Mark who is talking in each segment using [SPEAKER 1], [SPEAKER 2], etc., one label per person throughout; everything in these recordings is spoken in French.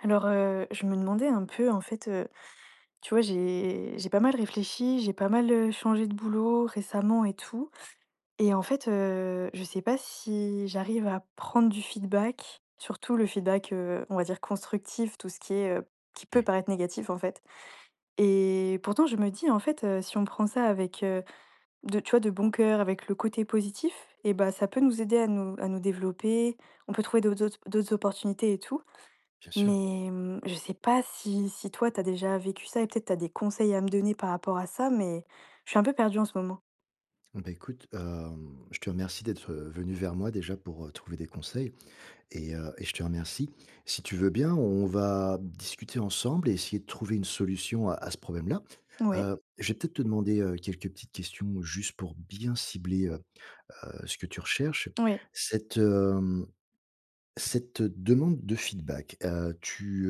[SPEAKER 1] Je me demandais un peu, tu vois, j'ai pas mal réfléchi, j'ai pas mal, changé de boulot récemment et tout. Et en fait, je sais pas si j'arrive à prendre du feedback, surtout le feedback, on va dire constructif, tout ce qui est, qui peut
[SPEAKER 2] Oui,
[SPEAKER 1] paraître négatif en fait. Et pourtant je me dis en fait, si on prend ça avec, de tu vois, de bon cœur, avec le côté positif, et bah, ça peut nous aider à nous développer, on peut trouver d'autres opportunités et tout.
[SPEAKER 2] bien sûr.
[SPEAKER 1] Mais, je sais pas si toi t'as déjà vécu ça et peut-être t'as des conseils à me donner par rapport à ça, mais je suis un peu perdue en ce moment.
[SPEAKER 2] Bah, écoute, je te remercie d'être, venu vers moi déjà pour, trouver des conseils et je te remercie. Si tu veux bien, on va discuter ensemble et essayer de trouver une solution à ce problème-là.
[SPEAKER 1] Ouais,
[SPEAKER 2] Je vais peut-être te demander, quelques petites questions juste pour bien cibler, ce que tu recherches.
[SPEAKER 1] ouais.
[SPEAKER 2] Cette, hem, Cette demande de feedback,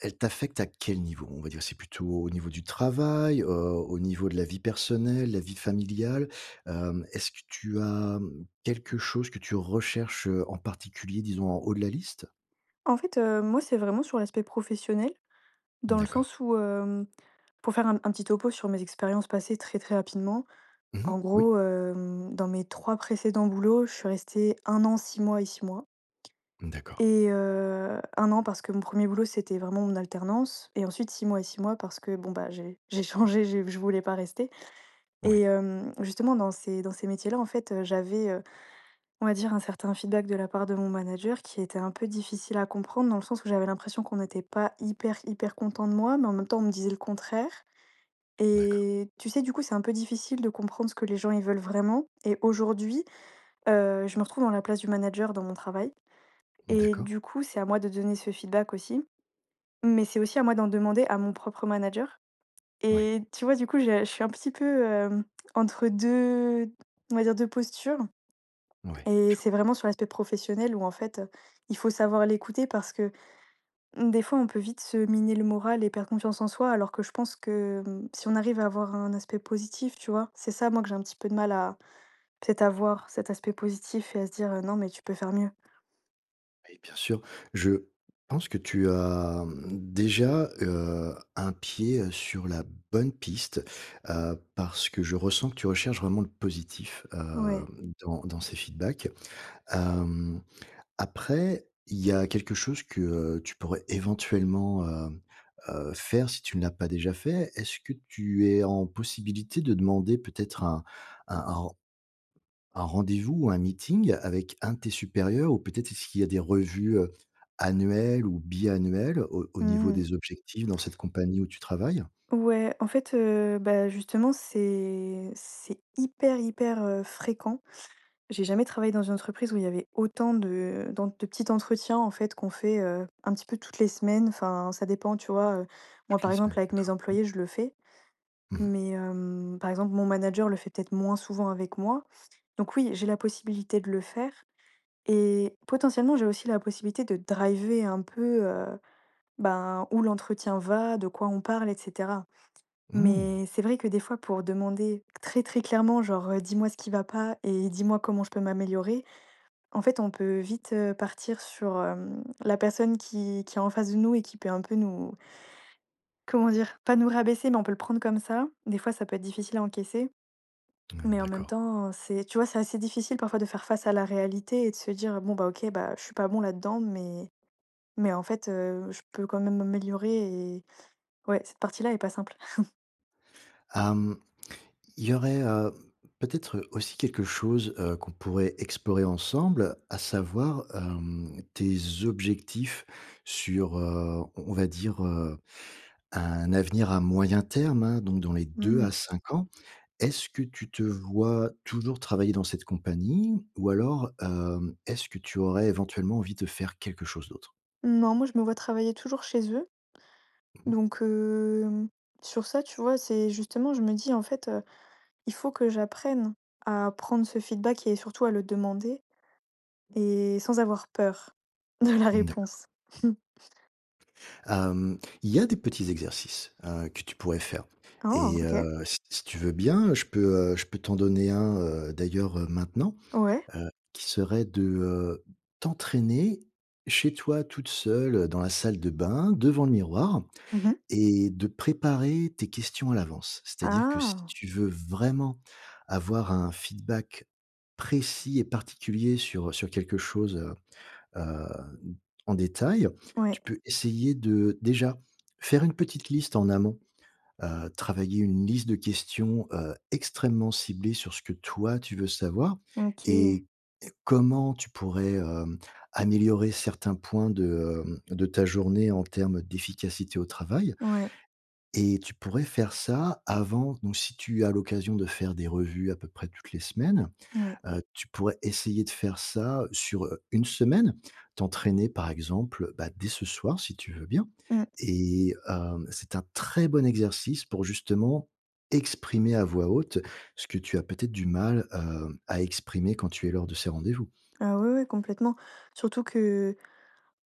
[SPEAKER 2] elle t'affecte à quel niveau? On va dire, c'est plutôt au niveau du travail, au niveau de la vie personnelle, la vie familiale? Est-ce que tu as, quelque chose que tu recherches, en particulier, disons, en haut de la liste?
[SPEAKER 1] En fait, moi, c'est vraiment sur l'aspect professionnel, dans le
[SPEAKER 2] D'accord.
[SPEAKER 1] sens où, hem, pour faire un petit topo sur mes expériences passées très, très rapidement,
[SPEAKER 2] Mmh.
[SPEAKER 1] en
[SPEAKER 2] Oui.
[SPEAKER 1] gros, hem, dans mes 3 précédents boulots, je suis restée un an, 6 mois et 6 mois.
[SPEAKER 2] D'accord.
[SPEAKER 1] Et 1 an parce que mon premier boulot, c'était vraiment mon alternance, et ensuite 6 mois et 6 mois parce que bon, bah, j'ai changé, j'ai je voulais pas rester. Et
[SPEAKER 2] Oui.
[SPEAKER 1] hem, justement dans ces métiers-là, en fait, j'avais, on va dire un certain feedback de la part de mon manager qui était un peu difficile à comprendre dans le sens où j'avais l'impression qu'on n'était pas hyper, hyper content de moi, mais en même temps on me disait le contraire,
[SPEAKER 2] D'accord.
[SPEAKER 1] et tu sais, du coup, c'est un peu difficile de comprendre ce que les gens, ils veulent vraiment. Et aujourd'hui, je me retrouve dans la place du manager dans mon travail, et
[SPEAKER 2] D'accord.
[SPEAKER 1] du coup, c'est à moi de donner ce feedback aussi, mais c'est aussi à moi d'en demander à mon propre manager.
[SPEAKER 2] Oui.
[SPEAKER 1] Et tu vois, du coup, je suis un petit peu, hem, entre 2, on va dire 2 postures.
[SPEAKER 2] Oui.
[SPEAKER 1] Et
[SPEAKER 2] Je
[SPEAKER 1] c'est vraiment sur l'aspect professionnel où en fait, il faut savoir l'écouter parce que, mmh, des fois, on peut vite se miner le moral et perdre confiance en soi, alors que je pense que, mmh, si on arrive à avoir un aspect positif, tu vois? C'est ça, moi, que j'ai un petit peu de mal à peut-être avoir cet aspect positif et à se dire, «Non, mais tu peux faire mieux».
[SPEAKER 2] Oui, bien sûr. Je pense que tu as, déjà, un pied, sur la bonne piste, parce que je ressens que tu recherches vraiment le positif,
[SPEAKER 1] Ouais.
[SPEAKER 2] dans ces feedbacks. Hem, Après, il y a quelque chose que, tu pourrais éventuellement, faire si tu ne l'as pas déjà fait. Est-ce que tu es en possibilité de demander peut-être un un un rendez-vous ou un meeting avec un de tes supérieurs ou peut-être est-ce qu'il y a des revues, annuelles ou biannuelles au niveau
[SPEAKER 1] Mmh.
[SPEAKER 2] des objectifs dans cette compagnie où tu travailles?
[SPEAKER 1] Ouais, en fait, bah, justement, c'est hyper, hyper, fréquent. J'ai jamais travaillé dans une entreprise où il y avait autant de d'en de petits entretiens, en fait, qu'on fait, un petit peu toutes les semaines. Enfin, ça dépend, tu vois? Moi,
[SPEAKER 2] Toutes
[SPEAKER 1] par
[SPEAKER 2] les
[SPEAKER 1] exemple,
[SPEAKER 2] semaines,
[SPEAKER 1] avec mes
[SPEAKER 2] d'accord.
[SPEAKER 1] employés, je le fais,
[SPEAKER 2] Mmh mh.
[SPEAKER 1] mais hem, par exemple, mon manager le fait peut-être moins souvent avec moi. Donc oui, j'ai la possibilité de le faire, et potentiellement, j'ai aussi la possibilité de driver un peu, ben, où l'entretien va, de quoi on parle et cetera.
[SPEAKER 2] Mmh,
[SPEAKER 1] Mais c'est vrai que des fois, pour demander très, très clairement, genre, «Dis-moi ce qui va pas et dis-moi comment je peux m'améliorer», en fait, on peut vite, partir sur, hem, la personne qui est en face de nous et qui peut un peu nous comment dire? Pas nous rabaisser, mais on peut le prendre comme ça. Des fois, ça peut être difficile à encaisser,
[SPEAKER 2] mmh,
[SPEAKER 1] mais en même
[SPEAKER 2] d'accord.
[SPEAKER 1] temps, c'est tu vois, c'est assez difficile parfois de faire face à la réalité et de se dire: «Bon, bah, OK, bah, je suis pas bon là-dedans, mais en fait, je peux quand même m'améliorer». Et ouais, cette partie-là est pas simple.
[SPEAKER 2] Hem, il y aurait, peut-être, aussi quelque chose, qu'on pourrait explorer ensemble, à savoir, tes objectifs sur, on va dire, un avenir à moyen terme, hein, donc dans les deux à
[SPEAKER 1] Mmh.
[SPEAKER 2] 5 ans. Est-ce que tu te vois toujours travailler dans cette compagnie ou alors, est-ce que tu aurais éventuellement envie de faire quelque chose d'autre?
[SPEAKER 1] Non, moi, je me vois travailler toujours chez eux,
[SPEAKER 2] Mmh.
[SPEAKER 1] donc hem, sur ça, tu vois, c'est justement, je me dis: «En fait, il faut que j'apprenne à prendre ce feedback et surtout à le demander et sans avoir peur de la
[SPEAKER 2] D'accord.
[SPEAKER 1] réponse».
[SPEAKER 2] Il y a des petits exercices, que tu pourrais faire
[SPEAKER 1] Oh,
[SPEAKER 2] et
[SPEAKER 1] OK.
[SPEAKER 2] heu, si tu veux bien, je peux t'en donner un, d'ailleurs, maintenant,
[SPEAKER 1] Ouais.
[SPEAKER 2] qui serait de, t'entraîner chez toi toute seule, dans la salle de bain, devant le miroir.
[SPEAKER 1] Mmh.
[SPEAKER 2] Et de préparer tes questions à l'avance. C'est-à-dire que si
[SPEAKER 1] Ah!
[SPEAKER 2] tu veux vraiment avoir un feedback précis et particulier sur quelque chose, heu, en détail, tu
[SPEAKER 1] Ouais.
[SPEAKER 2] peux essayer de déjà faire une petite liste en amont, travailler une liste de questions, extrêmement ciblées sur ce que toi tu veux savoir
[SPEAKER 1] OK.
[SPEAKER 2] et comment tu pourrais, améliorer certains points de, de ta journée en termes d'efficacité au travail.
[SPEAKER 1] Ouais,
[SPEAKER 2] Et tu pourrais faire ça avant, donc si tu as l'occasion de faire des revues à peu près toutes les semaines,
[SPEAKER 1] ouais.
[SPEAKER 2] tu pourrais essayer de faire ça sur, 1 semaine. T'entraîner par exemple, bah, dès ce soir si tu veux bien
[SPEAKER 1] Mmh.
[SPEAKER 2] et c'est un très bon exercice pour justement exprimer à voix haute ce que tu as peut-être du mal, à exprimer quand tu es lors de ces rendez-vous.
[SPEAKER 1] Ah ouais, ouais, complètement. Surtout que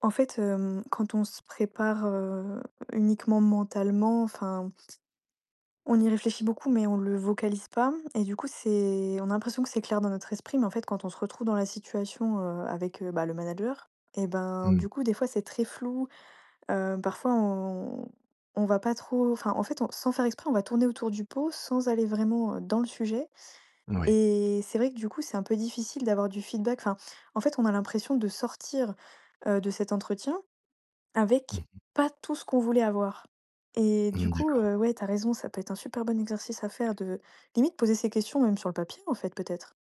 [SPEAKER 1] en fait, hem, quand on se prépare, uniquement mentalement, enfin on y réfléchit beaucoup, mais on le vocalise pas, et du coup, c'est on a l'impression que c'est clair dans notre esprit, mais en fait, quand on se retrouve dans la situation, avec, bah, le manager et ben,
[SPEAKER 2] Mmh,
[SPEAKER 1] du coup, des fois, c'est très flou, parfois on va pas trop enfin, en fait, on sans faire exprès, on va tourner autour du pot sans aller vraiment, dans le sujet.
[SPEAKER 2] oui.
[SPEAKER 1] Et c'est vrai que du coup, c'est un peu difficile d'avoir du feedback. Enfin, en fait, on a l'impression de sortir, de cet entretien avec
[SPEAKER 2] Mmh,
[SPEAKER 1] pas tout ce qu'on voulait avoir, et du
[SPEAKER 2] mmh,
[SPEAKER 1] coup,
[SPEAKER 2] d'accord.
[SPEAKER 1] ouais, t'as raison, ça peut être un super bon exercice à faire de limite poser ces questions même sur le papier, en fait, peut-être?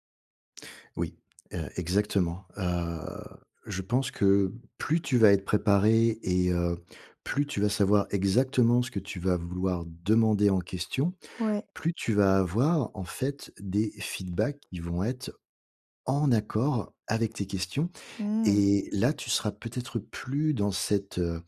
[SPEAKER 2] Oui, exactement, je pense que plus tu vas être préparé et plus tu vas savoir exactement ce que tu vas vouloir demander en question,
[SPEAKER 1] Ouais.
[SPEAKER 2] plus tu vas avoir en fait des feedbacks qui vont être en accord avec tes questions
[SPEAKER 1] Mmh.
[SPEAKER 2] et là, tu seras peut-être plus dans cette,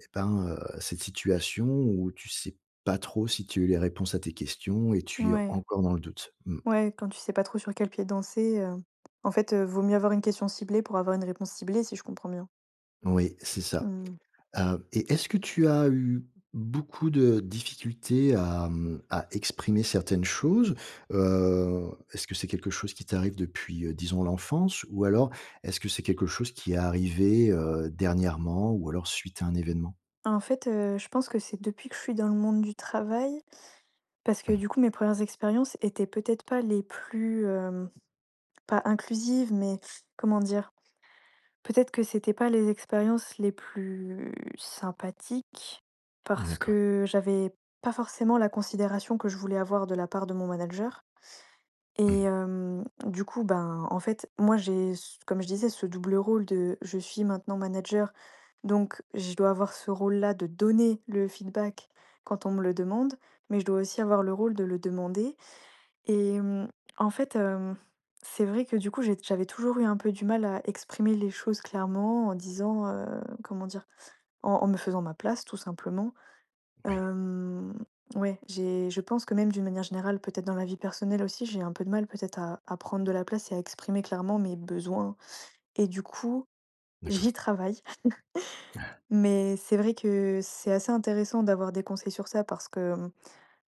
[SPEAKER 2] et ben, cette situation où tu sais pas trop si tu as eu les réponses à tes questions et tu es
[SPEAKER 1] Ouais.
[SPEAKER 2] encore dans le doute. Mmh,
[SPEAKER 1] Ouais, quand tu sais pas trop sur quel pied danser, en fait, vaut mieux avoir une question ciblée pour avoir une réponse ciblée, si je comprends bien?
[SPEAKER 2] oui, c'est ça.
[SPEAKER 1] Mmh.
[SPEAKER 2] Et est-ce que tu as eu beaucoup de difficultés à, à exprimer certaines choses? Est-ce que c'est quelque chose qui t'arrive depuis, disons l'enfance? Ou alors est-ce que c'est quelque chose qui est arrivé, dernièrement ou alors suite à un événement?
[SPEAKER 1] En fait, je pense que c'est depuis que je suis dans le monde du travail, parce que du coup, mes premières expériences étaient peut-être pas les plus, hem, pas inclusives, mais comment dire? Peut-être que c'était pas les expériences les plus sympathiques,
[SPEAKER 2] Mmh,
[SPEAKER 1] parce
[SPEAKER 2] d'accord.
[SPEAKER 1] que j'avais pas forcément la considération que je voulais avoir de la part de mon manager. Et
[SPEAKER 2] Mmh,
[SPEAKER 1] hem, du coup, ben, en fait, moi, j'ai ce comme je disais, ce double rôle de je suis maintenant manager, donc je dois avoir ce rôle-là de donner le feedback quand on me le demande, mais je dois aussi avoir le rôle de le demander. Et mmh, en fait, hem, c'est vrai que du coup, j'avais toujours eu un peu du mal à exprimer les choses clairement en disant, comment dire? En me faisant ma place tout simplement.
[SPEAKER 2] oui,
[SPEAKER 1] Hem, ouais, j'ai je pense que même d'une manière générale, peut-être dans la vie personnelle aussi, j'ai un peu de mal peut-être à prendre de la place et à exprimer clairement mes besoins, et du coup,
[SPEAKER 2] d'accord.
[SPEAKER 1] j'y travaille. Mais c'est vrai que c'est assez intéressant d'avoir des conseils sur ça parce que, mmh,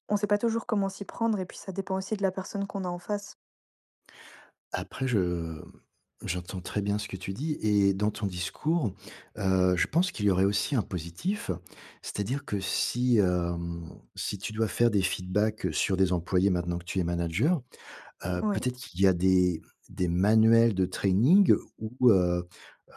[SPEAKER 1] on sait pas toujours comment s'y prendre, et puis ça dépend aussi de la personne qu'on a en face.
[SPEAKER 2] Après je J'entends très bien ce que tu dis et dans ton discours, je pense qu'il y aurait aussi un positif. C'est-à-dire que si, si tu dois faire des feedbacks, sur des employés maintenant que tu es manager,
[SPEAKER 1] Ouais,
[SPEAKER 2] peut-être qu'il y a des manuels de training où, heu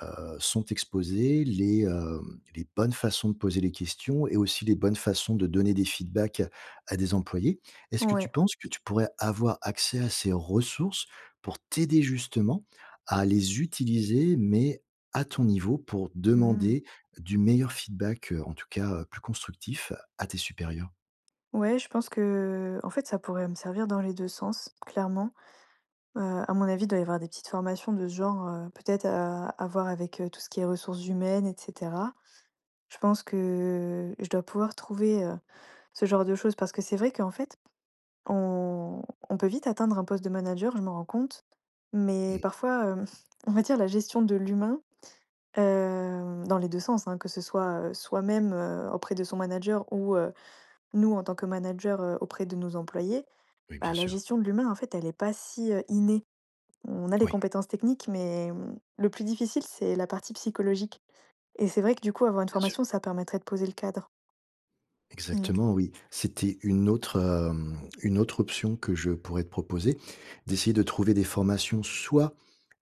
[SPEAKER 2] heu, sont exposées, les, les bonnes façons de poser les questions et aussi les bonnes façons de donner des feedbacks à des employés. Est-ce que tu
[SPEAKER 1] ouais.
[SPEAKER 2] penses que tu pourrais avoir accès à ces ressources pour t'aider justement à les utiliser, mais à ton niveau pour
[SPEAKER 1] Mmh.
[SPEAKER 2] demander du meilleur feedback, en tout cas, plus constructif à tes supérieurs?
[SPEAKER 1] Ouais, je pense que, en fait, ça pourrait me servir dans les 2 sens, clairement. Heu, à mon avis, il doit y avoir des petites formations de ce genre, peut-être à voir avec, tout ce qui est ressources humaines et cetera. Je pense que je dois pouvoir trouver, ce genre de choses parce que c'est vrai qu'en fait, on on peut vite atteindre un poste de manager, je m'en rends compte, mais
[SPEAKER 2] Mmh,
[SPEAKER 1] parfois, hem, on va dire la gestion de l'humain, hem, dans les 2 sens, hein, que ce soit, soi-même, auprès de son manager ou, nous en tant que manager, auprès de nos employés.
[SPEAKER 2] oui, bien
[SPEAKER 1] Bah, la
[SPEAKER 2] sûr.
[SPEAKER 1] gestion de l'humain, en fait, elle est pas si, innée. On a les
[SPEAKER 2] Oui,
[SPEAKER 1] compétences techniques, mais, mmh, le plus difficile, c'est la partie psychologique, et c'est vrai que, du coup, avoir une
[SPEAKER 2] bien sûr.
[SPEAKER 1] formation, ça permettrait de poser le cadre. Mmh.
[SPEAKER 2] Exactement, oui. C'était une autre, une autre option que je pourrais te proposer, d'essayer de trouver des formations soit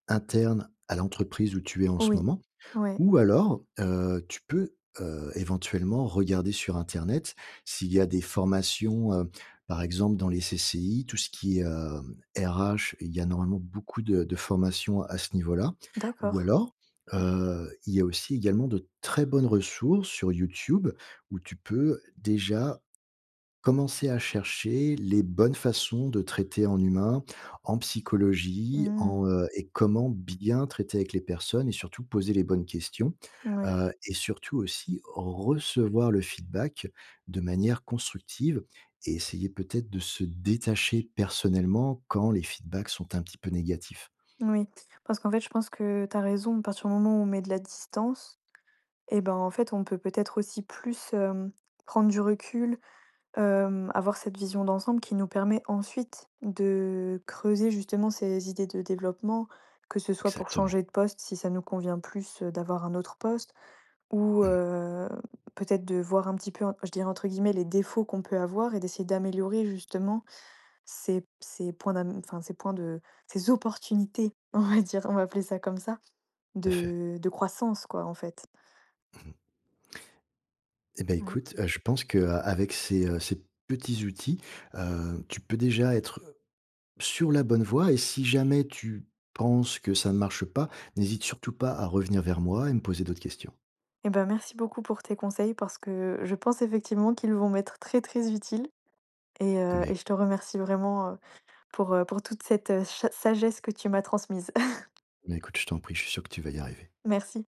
[SPEAKER 2] internes à l'entreprise où tu es en ce
[SPEAKER 1] Oui.
[SPEAKER 2] moment
[SPEAKER 1] Ouais.
[SPEAKER 2] ou alors, tu peux, éventuellement regarder sur internet s'il y a des formations, par exemple dans les CCI, tout ce qui est, RH, il y a normalement beaucoup de formations à ce niveau-là
[SPEAKER 1] D'accord.
[SPEAKER 2] ou alors, il y a aussi également de très bonnes ressources sur YouTube où tu peux déjà commencer à chercher les bonnes façons de traiter en humain, en psychologie,
[SPEAKER 1] Mmh.
[SPEAKER 2] en, et comment bien traiter avec les personnes et surtout poser les bonnes questions,
[SPEAKER 1] Ouais.
[SPEAKER 2] et surtout aussi recevoir le feedback de manière constructive et essayer peut-être de se détacher personnellement quand les feedbacks sont un petit peu négatifs.
[SPEAKER 1] Oui. Parce qu'en fait, je pense que tu as raison, à partir du moment où on met de la distance et ben, en fait, on peut peut-être aussi plus, hem, prendre du recul. Hem, avoir cette vision d'ensemble qui nous permet ensuite de creuser justement ces idées de développement, que ce soit pour
[SPEAKER 2] Exactement.
[SPEAKER 1] changer de poste si ça nous convient plus, d'avoir un autre poste ou,
[SPEAKER 2] Mmh,
[SPEAKER 1] peut-être de voir un petit peu en je dirais entre guillemets «les défauts» qu'on peut avoir et d'essayer d'améliorer justement ces points d'am enfin ces points de ces opportunités, on va dire, on va appeler ça comme ça,
[SPEAKER 2] tout à fait.
[SPEAKER 1] de croissance quoi, en fait.
[SPEAKER 2] Et bah,
[SPEAKER 1] Ouais.
[SPEAKER 2] écoute, je pense qu'avec ces, ces petits outils, tu peux déjà être sur la bonne voie et si jamais tu penses que ça ne marche pas, n'hésite surtout pas à revenir vers moi et me poser d'autres questions.
[SPEAKER 1] Et ben merci beaucoup pour tes conseils parce que je pense effectivement qu'ils vont m'être très, très utiles.
[SPEAKER 2] Eh Mais
[SPEAKER 1] Et je te remercie vraiment, pour toute cette, cha sagesse que tu m'as transmise.
[SPEAKER 2] mais écoute, je t'en prie, je suis sûr que tu vas y arriver.
[SPEAKER 1] Merci.